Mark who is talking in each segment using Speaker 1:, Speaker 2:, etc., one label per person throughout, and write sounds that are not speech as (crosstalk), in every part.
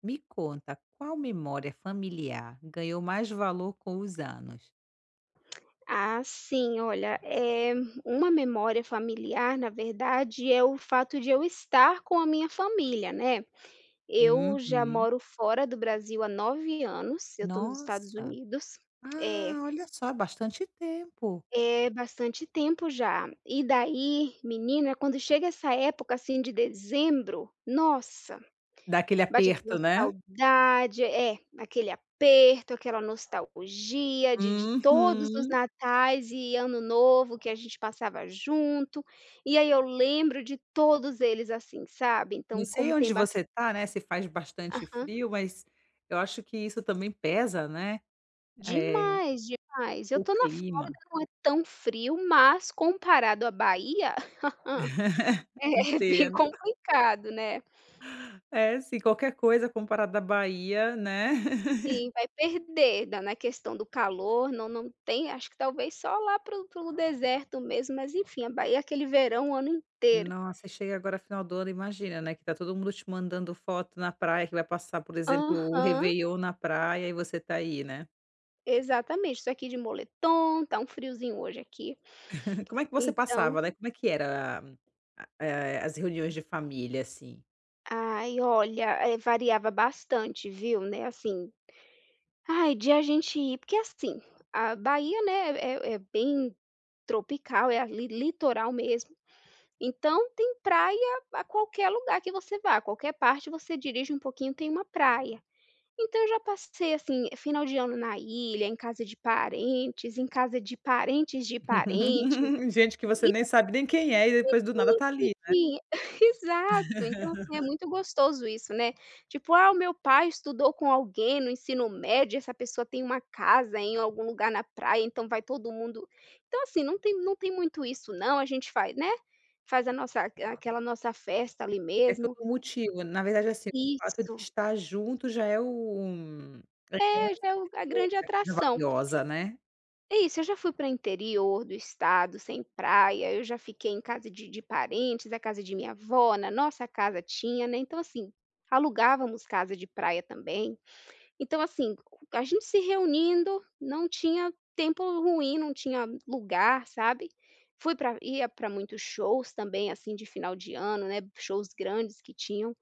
Speaker 1: Me conta, qual memória familiar ganhou mais valor com os anos?
Speaker 2: Ah, sim, olha, é uma memória familiar, na verdade, é o fato de eu estar com a minha família, né. Eu já
Speaker 1: Uhum.
Speaker 2: moro fora do Brasil há 9 anos, eu estou nos Estados
Speaker 1: Nossa!
Speaker 2: Unidos. É,
Speaker 1: Ah, olha só, é bastante tempo.
Speaker 2: é bastante tempo já. E daí, menina, quando chega essa época, assim, de dezembro, nossa!
Speaker 1: Dá aquele
Speaker 2: Bate aquela
Speaker 1: aperto, né?
Speaker 2: saudade, é, aquele aperto, aquela nostalgia de todos os
Speaker 1: Uhum.
Speaker 2: natais e ano novo que a gente passava junto, e aí eu lembro de todos eles, assim, sabe.
Speaker 1: Não
Speaker 2: Então
Speaker 1: sei
Speaker 2: como tem
Speaker 1: onde
Speaker 2: bastante.
Speaker 1: você tá, né, se faz bastante frio, mas eu acho que isso também pesa, né, eh,
Speaker 2: Demais, demais. Eu
Speaker 1: o
Speaker 2: tô na Flórida,
Speaker 1: clima.
Speaker 2: não é tão frio, mas comparado à Bahia, (laughs) é bem
Speaker 1: Entendo.
Speaker 2: complicado, né.
Speaker 1: É, sim, qualquer coisa comparada à Bahia, né?
Speaker 2: Sim, vai perder da na questão do calor, não tem, acho que talvez só lá para o deserto mesmo, mas enfim, a Bahia é aquele verão o ano inteiro.
Speaker 1: Nossa, e chega agora final do ano, imagina, né, que tá todo mundo te mandando foto na praia, que vai passar, por exemplo, o
Speaker 2: Aham,
Speaker 1: réveillon na praia e você tá aí, né.
Speaker 2: exatamente, isso aqui de moletom, tá um friozinho hoje aqui.
Speaker 1: (laughs) Como é que você
Speaker 2: Então
Speaker 1: passava, né, como é que era as reuniões de família, assim?
Speaker 2: ai, olha, variava bastante, viu, né, assim, ai, de a gente ir, porque assim, a Bahia, né, é bem tropical, é ali litoral mesmo. Então tem praia a qualquer lugar que você vá, qualquer parte você dirige um pouquinho, tem uma praia. Então eu já passei, assim, final de ano na ilha, em casa de parentes, em casa de parentes de parentes.
Speaker 1: (laughs) Gente que você nem sabe nem quem é e depois do
Speaker 2: Eu
Speaker 1: nada
Speaker 2: não
Speaker 1: tá
Speaker 2: sei
Speaker 1: ali, né.
Speaker 2: que, (laughs) exato, então, assim, é muito gostoso isso, né, tipo: "Ah, o meu pai estudou com alguém no ensino médio, essa pessoa tem uma casa em algum lugar na praia, então vai todo mundo". Então, assim, não tem muito isso não, a gente faz, né, faz a nossa aquela nossa festa ali
Speaker 1: É todo
Speaker 2: mesmo.
Speaker 1: um motivo, na verdade, assim, o fato de
Speaker 2: Isso,
Speaker 1: estar junto já é o é
Speaker 2: é, já é o a grande
Speaker 1: é coisa
Speaker 2: atração.
Speaker 1: valiosa, né.
Speaker 2: É isso, eu já fui para interior do estado, sem praia, eu já fiquei em casa de parentes, a casa de minha avó, na nossa casa tinha, né, então, assim, alugávamos casa de praia também. Então, assim, a gente se reunindo, não tinha tempo ruim, não tinha lugar, sabe. Fui para Ia para muitos shows também, assim, de final de ano, né, shows grandes que tinham.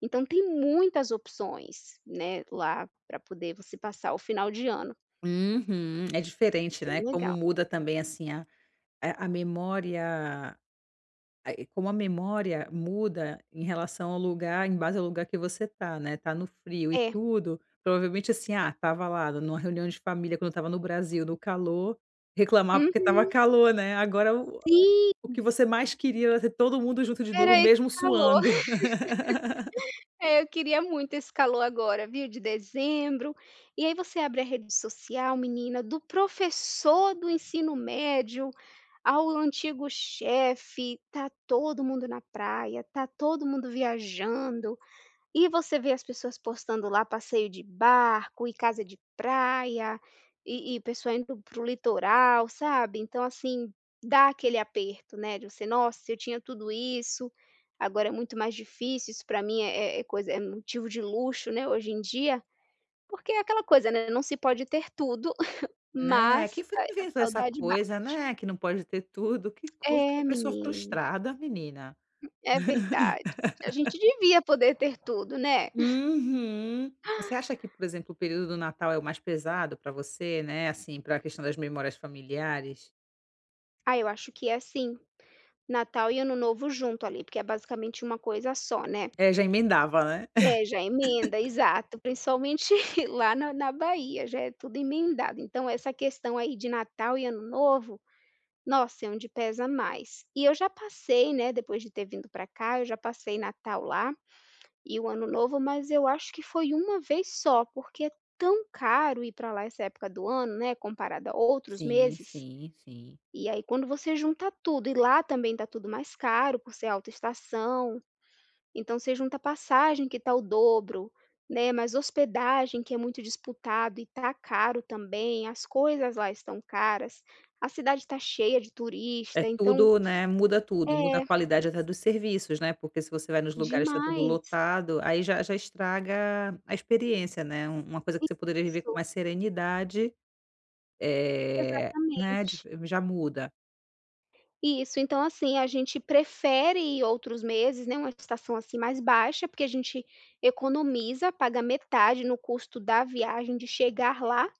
Speaker 2: Então tem muitas opções, né, lá, para poder você passar o final de ano,
Speaker 1: Uhum. É diferente,
Speaker 2: bem
Speaker 1: né, como
Speaker 2: legal.
Speaker 1: muda também, assim, a É, a memória a e como a memória muda em relação ao lugar em base ao lugar que você tá, né, tá no frio e
Speaker 2: É.
Speaker 1: tudo, provavelmente, assim, ah, tava lá numa reunião de família quando eu tava no Brasil, no calor, reclamar porque
Speaker 2: Uhum.
Speaker 1: tava calor, né, agora
Speaker 2: Sim.
Speaker 1: o que você mais queria era ter todo mundo junto de novo,
Speaker 2: Era esse
Speaker 1: mesmo
Speaker 2: calor.
Speaker 1: suando.
Speaker 2: (laughs)
Speaker 1: (laughs)
Speaker 2: É, eu queria muito esse calor agora, viu, de dezembro. E aí você abre a rede social, menina, do professor do ensino médio ao antigo chefe, tá todo mundo na praia, tá todo mundo viajando. E você vê as pessoas postando lá passeio de barco e casa de praia, e pessoa indo pro litoral, sabe. Então, assim, dá aquele aperto, né, de você: "Nossa, eu tinha tudo isso, agora é muito mais difícil, isso para mim é coisa, é motivo de luxo, né, hoje em dia". Porque é aquela coisa, né, não se pode ter tudo, (laughs)
Speaker 1: Né,
Speaker 2: mas
Speaker 1: quem foi
Speaker 2: a
Speaker 1: que
Speaker 2: a
Speaker 1: inventou essa
Speaker 2: saudade bate.
Speaker 1: coisa, né, que não pode ter tudo, que coisa,
Speaker 2: É,
Speaker 1: que pessoa
Speaker 2: menino,
Speaker 1: frustrada, menina.
Speaker 2: é verdade. A gente devia poder ter tudo, né.
Speaker 1: Uhum. Você acha que, por exemplo, o período do Natal é o mais pesado para você, né, assim, para a questão das memórias familiares?
Speaker 2: Ah, eu acho que é sim. Natal e Ano Novo junto ali, porque é basicamente uma coisa só, né.
Speaker 1: É, já emendava, né?
Speaker 2: É, já emenda, exato, principalmente (laughs) lá na Bahia, já é tudo emendado. Então essa questão aí de Natal e Ano Novo, nossa, é onde pesa mais. E eu já passei, né, depois de ter vindo para cá, eu já passei Natal lá e o Ano Novo, mas eu acho que foi uma vez só, porque é tão caro ir para lá essa época do ano, né, comparado a outros
Speaker 1: Sim,
Speaker 2: meses.
Speaker 1: sim, sim.
Speaker 2: E aí quando você junta tudo e lá também tá tudo mais caro por ser alta estação. Então você junta passagem que está o dobro, né, mas hospedagem que é muito disputado e tá caro também, as coisas lá estão caras, a cidade está cheia de turista,
Speaker 1: É
Speaker 2: então
Speaker 1: tudo, né, muda tudo, muda a
Speaker 2: é,
Speaker 1: qualidade até dos serviços, né, porque se você vai nos lugares está tudo
Speaker 2: demais.
Speaker 1: lotado, aí já estraga a experiência, né, uma coisa que você poderia viver com
Speaker 2: Isso,
Speaker 1: mais serenidade, né, de
Speaker 2: exatamente.
Speaker 1: já muda.
Speaker 2: Isso, então, assim, a gente prefere ir outros meses, né, uma estação, assim, mais baixa, porque a gente economiza, paga metade no custo da viagem de chegar lá.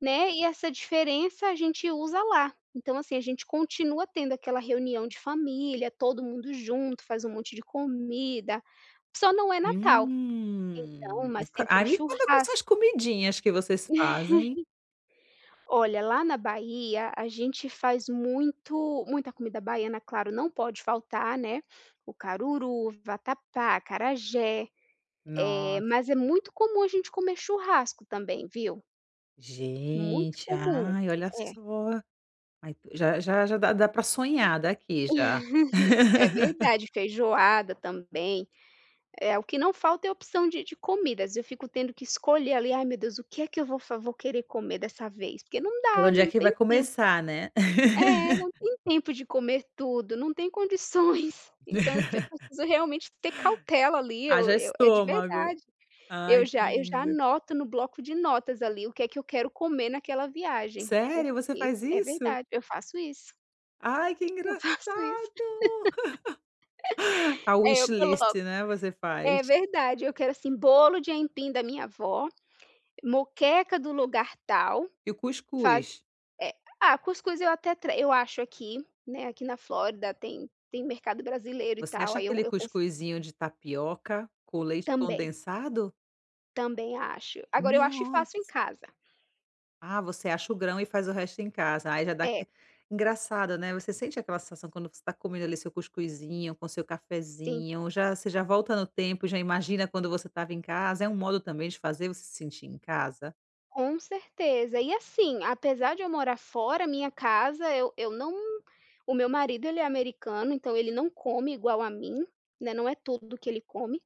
Speaker 2: Né, e essa diferença a gente usa lá. Então, assim, a gente continua tendo aquela reunião de família, todo mundo junto, faz um monte de comida, só não é Natal. Então,
Speaker 1: Hum.
Speaker 2: mas tem
Speaker 1: Ai,
Speaker 2: aquele
Speaker 1: me conta quais são
Speaker 2: churrasco.
Speaker 1: as comidinhas que vocês
Speaker 2: (laughs)
Speaker 1: fazem.
Speaker 2: Olha, lá na Bahia, a gente faz muito, muita comida baiana, claro, não pode faltar, né, o caruru, vatapá, acarajé,
Speaker 1: Nossa,
Speaker 2: mas é muito comum a gente comer churrasco também, viu? Muito
Speaker 1: gente,
Speaker 2: comum.
Speaker 1: ai, olha
Speaker 2: É,
Speaker 1: só. Aí tu já dá pra sonhar daqui já.
Speaker 2: é
Speaker 1: (laughs)
Speaker 2: verdade, feijoada também. É, o que não falta é opção de comidas, eu fico tendo que escolher ali: "Ai, meu Deus, o que é que eu vou fa vou querer comer dessa vez?" Porque não
Speaker 1: Por
Speaker 2: dá,
Speaker 1: onde é
Speaker 2: não
Speaker 1: que vai
Speaker 2: tem tempo.
Speaker 1: começar, né.
Speaker 2: É, não tem tempo de comer tudo, não tem condições. (laughs) Então eu
Speaker 1: (laughs)
Speaker 2: te preciso realmente ter cautela ali,
Speaker 1: Haja
Speaker 2: eu é, de
Speaker 1: estômago.
Speaker 2: verdade. Eu
Speaker 1: Ai, que
Speaker 2: já eu já
Speaker 1: lindo.
Speaker 2: anoto no bloco de notas ali o que é que eu quero comer naquela viagem,
Speaker 1: Sério, você
Speaker 2: porque
Speaker 1: faz
Speaker 2: é
Speaker 1: isso?
Speaker 2: verdade, eu faço isso,
Speaker 1: Ai, que
Speaker 2: eu (laughs)
Speaker 1: engraçado.
Speaker 2: faço isso.
Speaker 1: A
Speaker 2: É, eu
Speaker 1: wish list,
Speaker 2: coloco.
Speaker 1: né, você
Speaker 2: É
Speaker 1: faz.
Speaker 2: verdade, eu quero, assim, bolo de aipim da minha avó. Moqueca do lugar tal,
Speaker 1: E o
Speaker 2: faz,
Speaker 1: cuscuz?
Speaker 2: eh, ah, cuscuz eu até tra eu acho aqui, né, aqui na Flórida tem mercado brasileiro e
Speaker 1: Você
Speaker 2: tal,
Speaker 1: acha
Speaker 2: aí eu
Speaker 1: aquele
Speaker 2: eu consigo
Speaker 1: cuscuzinho de tapioca com leite
Speaker 2: também,
Speaker 1: condensado?
Speaker 2: também acho. Agora eu acho e
Speaker 1: No
Speaker 2: faço em casa.
Speaker 1: Ah, você acha o grão e faz o resto em casa. Aí já dá
Speaker 2: É,
Speaker 1: aque engraçado, né, você sente aquela sensação quando você tá comendo ali seu cuscuzinho, com seu
Speaker 2: sim,
Speaker 1: cafezinho, já você já volta no tempo, já imagina quando você estava em casa. É um modo também de fazer você se sentir em casa?
Speaker 2: com certeza. E, assim, apesar de eu morar fora, minha casa, eu não, o meu marido, ele é americano, então ele não come igual a mim, né, não é tudo que ele come.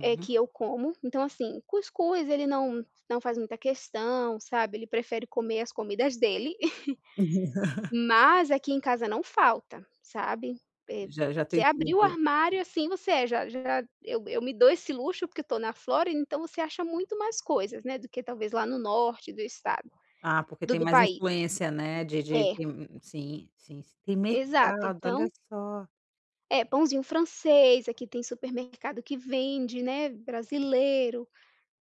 Speaker 2: É, que eu como. Então, assim, cuscuz ele não, não faz muita questão, sabe, ele prefere comer as comidas dele, (laughs)
Speaker 1: (laughs)
Speaker 2: mas aqui em casa não falta, sabe. Eh,
Speaker 1: Já
Speaker 2: você
Speaker 1: tem
Speaker 2: abriu o
Speaker 1: tudo.
Speaker 2: armário, assim, você é, já já eu me dou esse luxo, porque estou na Flórida, então você acha muito mais coisas, né, do que talvez lá no norte do estado
Speaker 1: Ah, porque
Speaker 2: do
Speaker 1: tem
Speaker 2: do
Speaker 1: mais
Speaker 2: país.
Speaker 1: influência, né, de
Speaker 2: É,
Speaker 1: tem sim, sim, sim. Tem
Speaker 2: exato.
Speaker 1: mercado, olha
Speaker 2: Então
Speaker 1: só.
Speaker 2: é, pãozinho francês, aqui tem supermercado que vende, né, brasileiro.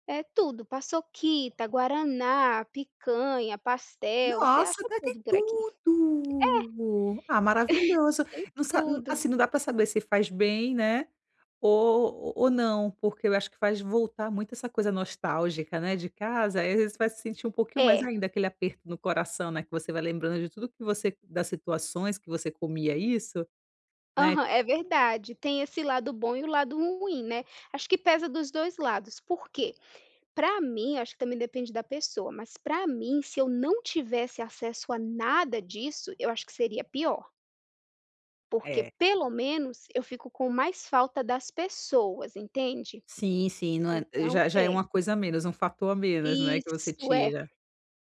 Speaker 2: É tudo, paçoquita, guaraná, picanha, pastel, você acha
Speaker 1: Nossa, daí tem
Speaker 2: tudo por aqui.
Speaker 1: tudo! Ah, maravilhoso. Não sa n-
Speaker 2: Tudo.
Speaker 1: assim, não dá para saber se faz bem, né, ou não, porque eu acho que faz voltar muito essa coisa nostálgica, né, de casa, aí às vezes vai se sentir um pouquinho mais
Speaker 2: É,
Speaker 1: ainda aquele aperto no coração, né, que você vai lembrando de tudo que você das situações que você comia isso, né.
Speaker 2: aham, é verdade, tem esse lado bom e o lado ruim, né. Acho que pesa dos 2 lados, por quê? Para mim, acho que também depende da pessoa, mas para mim, se eu não tivesse acesso a nada disso, eu acho que seria pior, porque
Speaker 1: É.
Speaker 2: pelo menos eu fico com mais falta das pessoas, entende?
Speaker 1: Sim, sim, não é
Speaker 2: Então
Speaker 1: já é
Speaker 2: é.
Speaker 1: uma coisa a menos, um fator a menos, né, que você
Speaker 2: Isso, é.
Speaker 1: tira.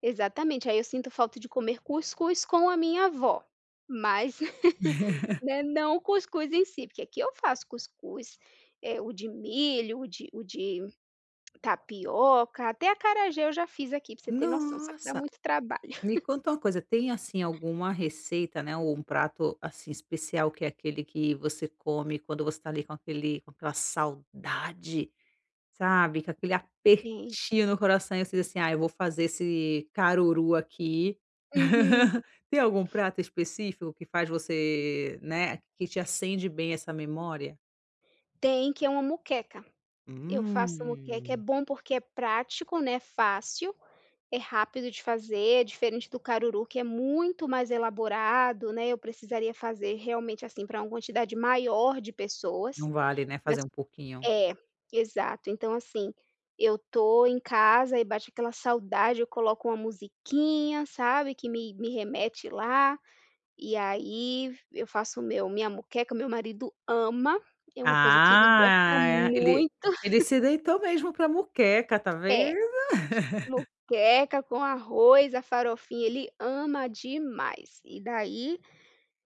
Speaker 2: Exatamente, aí eu sinto falta de comer cuscuz com a minha avó, mas, (laughs) né, não o cuscuz em si, porque aqui eu faço cuscuz, o de milho, o de tapioca, até acarajé eu já fiz aqui, pra você ter noção, só que dá
Speaker 1: Nossa!
Speaker 2: muito trabalho.
Speaker 1: Me conta uma coisa, tem assim alguma receita, né, ou um prato assim especial que é aquele que você come quando você está ali com aquela saudade, sabe, com aquele
Speaker 2: Tem.
Speaker 1: apertinho no coração e você diz assim: "Ah, eu vou fazer esse caruru aqui".
Speaker 2: Uhum.
Speaker 1: (laughs) Tem algum prato específico que faz você, né, que te acende bem essa memória?
Speaker 2: Tem, que é uma moqueca. Eu faço moqueca, é
Speaker 1: Hum.
Speaker 2: bom porque é prático, né, fácil. É rápido de fazer, diferente do caruru, que é muito mais elaborado, né, eu precisaria fazer realmente, assim, para uma quantidade maior de pessoas,
Speaker 1: Não vale, né,
Speaker 2: mas
Speaker 1: fazer um pouquinho.
Speaker 2: é, exato. Então, assim, eu tô em casa e bate aquela saudade, eu coloco uma musiquinha, sabe, que me remete lá, e aí eu faço o meu minha moqueca, meu marido ama, é uma coisa que ele gosta
Speaker 1: Ah,
Speaker 2: muito. (laughs)
Speaker 1: ele se deitou mesmo para moqueca, tá
Speaker 2: É.
Speaker 1: vendo? (laughs)
Speaker 2: Moqueca com arroz, a farofinha, ele ama demais. E daí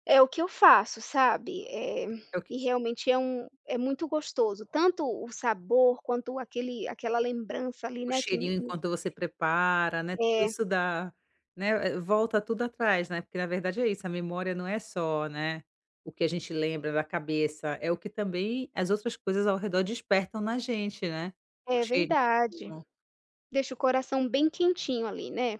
Speaker 2: é o que eu faço, sabe.
Speaker 1: É o que
Speaker 2: E realmente é um, é muito gostoso, tanto o sabor quanto aquele aquela lembrança ali,
Speaker 1: o
Speaker 2: né, que me
Speaker 1: cheirinho
Speaker 2: me
Speaker 1: enquanto você prepara, né, tudo
Speaker 2: é,
Speaker 1: isso dá, né, volta tudo atrás, né, porque na verdade é isso, a memória não é só, né, o que a gente lembra da cabeça, é o que também as outras coisas ao redor despertam na gente, né. O
Speaker 2: é
Speaker 1: cheirinho.
Speaker 2: verdade. Deixa o coração bem quentinho ali, né.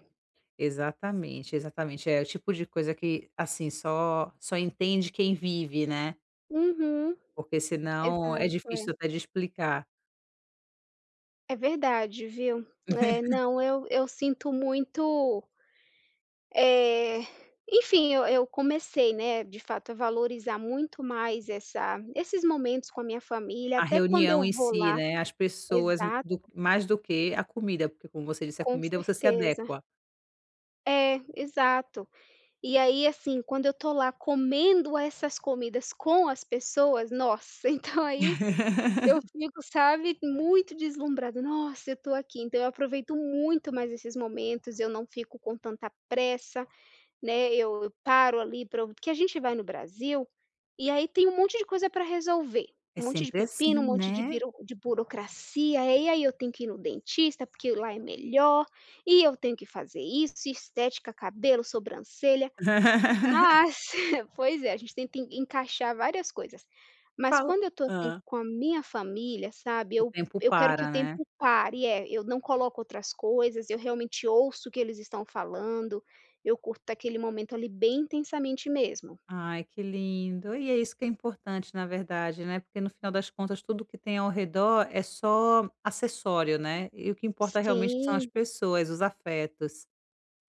Speaker 1: Exatamente, exatamente. É o tipo de coisa que, assim, só entende quem vive, né,
Speaker 2: Uhum,
Speaker 1: porque senão é
Speaker 2: exato, é.
Speaker 1: difícil até de explicar.
Speaker 2: É verdade, viu. É,
Speaker 1: (laughs)
Speaker 2: não, eu sinto muito. Eh, enfim, eu comecei, né, de fato, a valorizar muito mais essa esses momentos com a minha família,
Speaker 1: A
Speaker 2: até quando eu
Speaker 1: reunião em
Speaker 2: vou
Speaker 1: si,
Speaker 2: lá.
Speaker 1: né, as pessoas
Speaker 2: Exato,
Speaker 1: do mais do que a comida, porque como você disse, a
Speaker 2: com
Speaker 1: comida você se
Speaker 2: certeza.
Speaker 1: adequa.
Speaker 2: É, exato. E aí, assim, quando eu tô lá comendo essas comidas com as pessoas, nossa, (laughs) então aí eu
Speaker 1: (laughs)
Speaker 2: fico, sabe, muito deslumbrada: "Nossa, eu tô aqui". Então eu aproveito muito mais esses momentos, eu não fico com tanta pressa. Né, eu paro ali, para que a gente vai no Brasil, e aí tem um monte de coisa para resolver,
Speaker 1: É
Speaker 2: um monte de
Speaker 1: sempre
Speaker 2: pepino, um
Speaker 1: assim,
Speaker 2: monte de
Speaker 1: né.
Speaker 2: biro de burocracia, e aí eu tenho que ir no dentista, porque lá é melhor, e eu tenho que fazer isso, estética, cabelo, sobrancelha.
Speaker 1: (laughs)
Speaker 2: Mas (laughs) pois é, a gente tenta en encaixar várias coisas. Mas
Speaker 1: Fala
Speaker 2: quando eu tô, assim,
Speaker 1: hã.
Speaker 2: com a minha família, sabe,
Speaker 1: O
Speaker 2: eu
Speaker 1: tempo
Speaker 2: eu quero que o
Speaker 1: para, né.
Speaker 2: tempo pare. É, eu não coloco outras coisas, eu realmente ouço o que eles estão falando, eu curto aquele momento ali bem intensamente mesmo.
Speaker 1: Ai, que lindo. E é isso que é importante, na verdade, né, porque no final das contas tudo que tem ao redor é só acessório, né, e o que importa realmente são as
Speaker 2: Sim,
Speaker 1: pessoas, os afetos.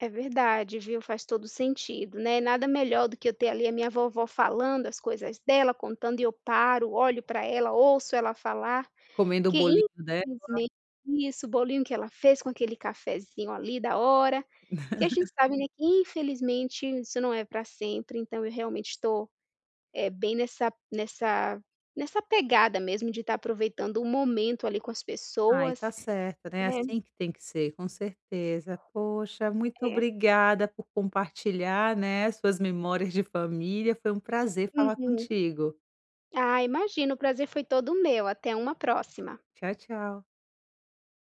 Speaker 2: é verdade, viu, faz todo sentido, né. Nada melhor do que eu ter ali a minha vovó falando as coisas dela, contando, e eu paro, olho para ela, ouço ela falar.
Speaker 1: Comendo o
Speaker 2: Que
Speaker 1: bolinho
Speaker 2: infelizmente isso, o bolinho que ela fez com aquele cafezinho ali da hora, que a gente sabe, né, que infelizmente isso não é para sempre, então eu realmente estou, é bem nessa nessa pegada mesmo de estar aproveitando o momento ali com as
Speaker 1: Ai,
Speaker 2: pessoas,
Speaker 1: tá certa, né, é
Speaker 2: né.
Speaker 1: assim que tem que ser, com certeza. Poxa, muito
Speaker 2: É.
Speaker 1: obrigada por compartilhar, né, suas memórias de família, foi um prazer falar
Speaker 2: Uhum.
Speaker 1: contigo.
Speaker 2: Ah, imagino, o prazer foi todo meu, até uma próxima.
Speaker 1: Tchau, tchau.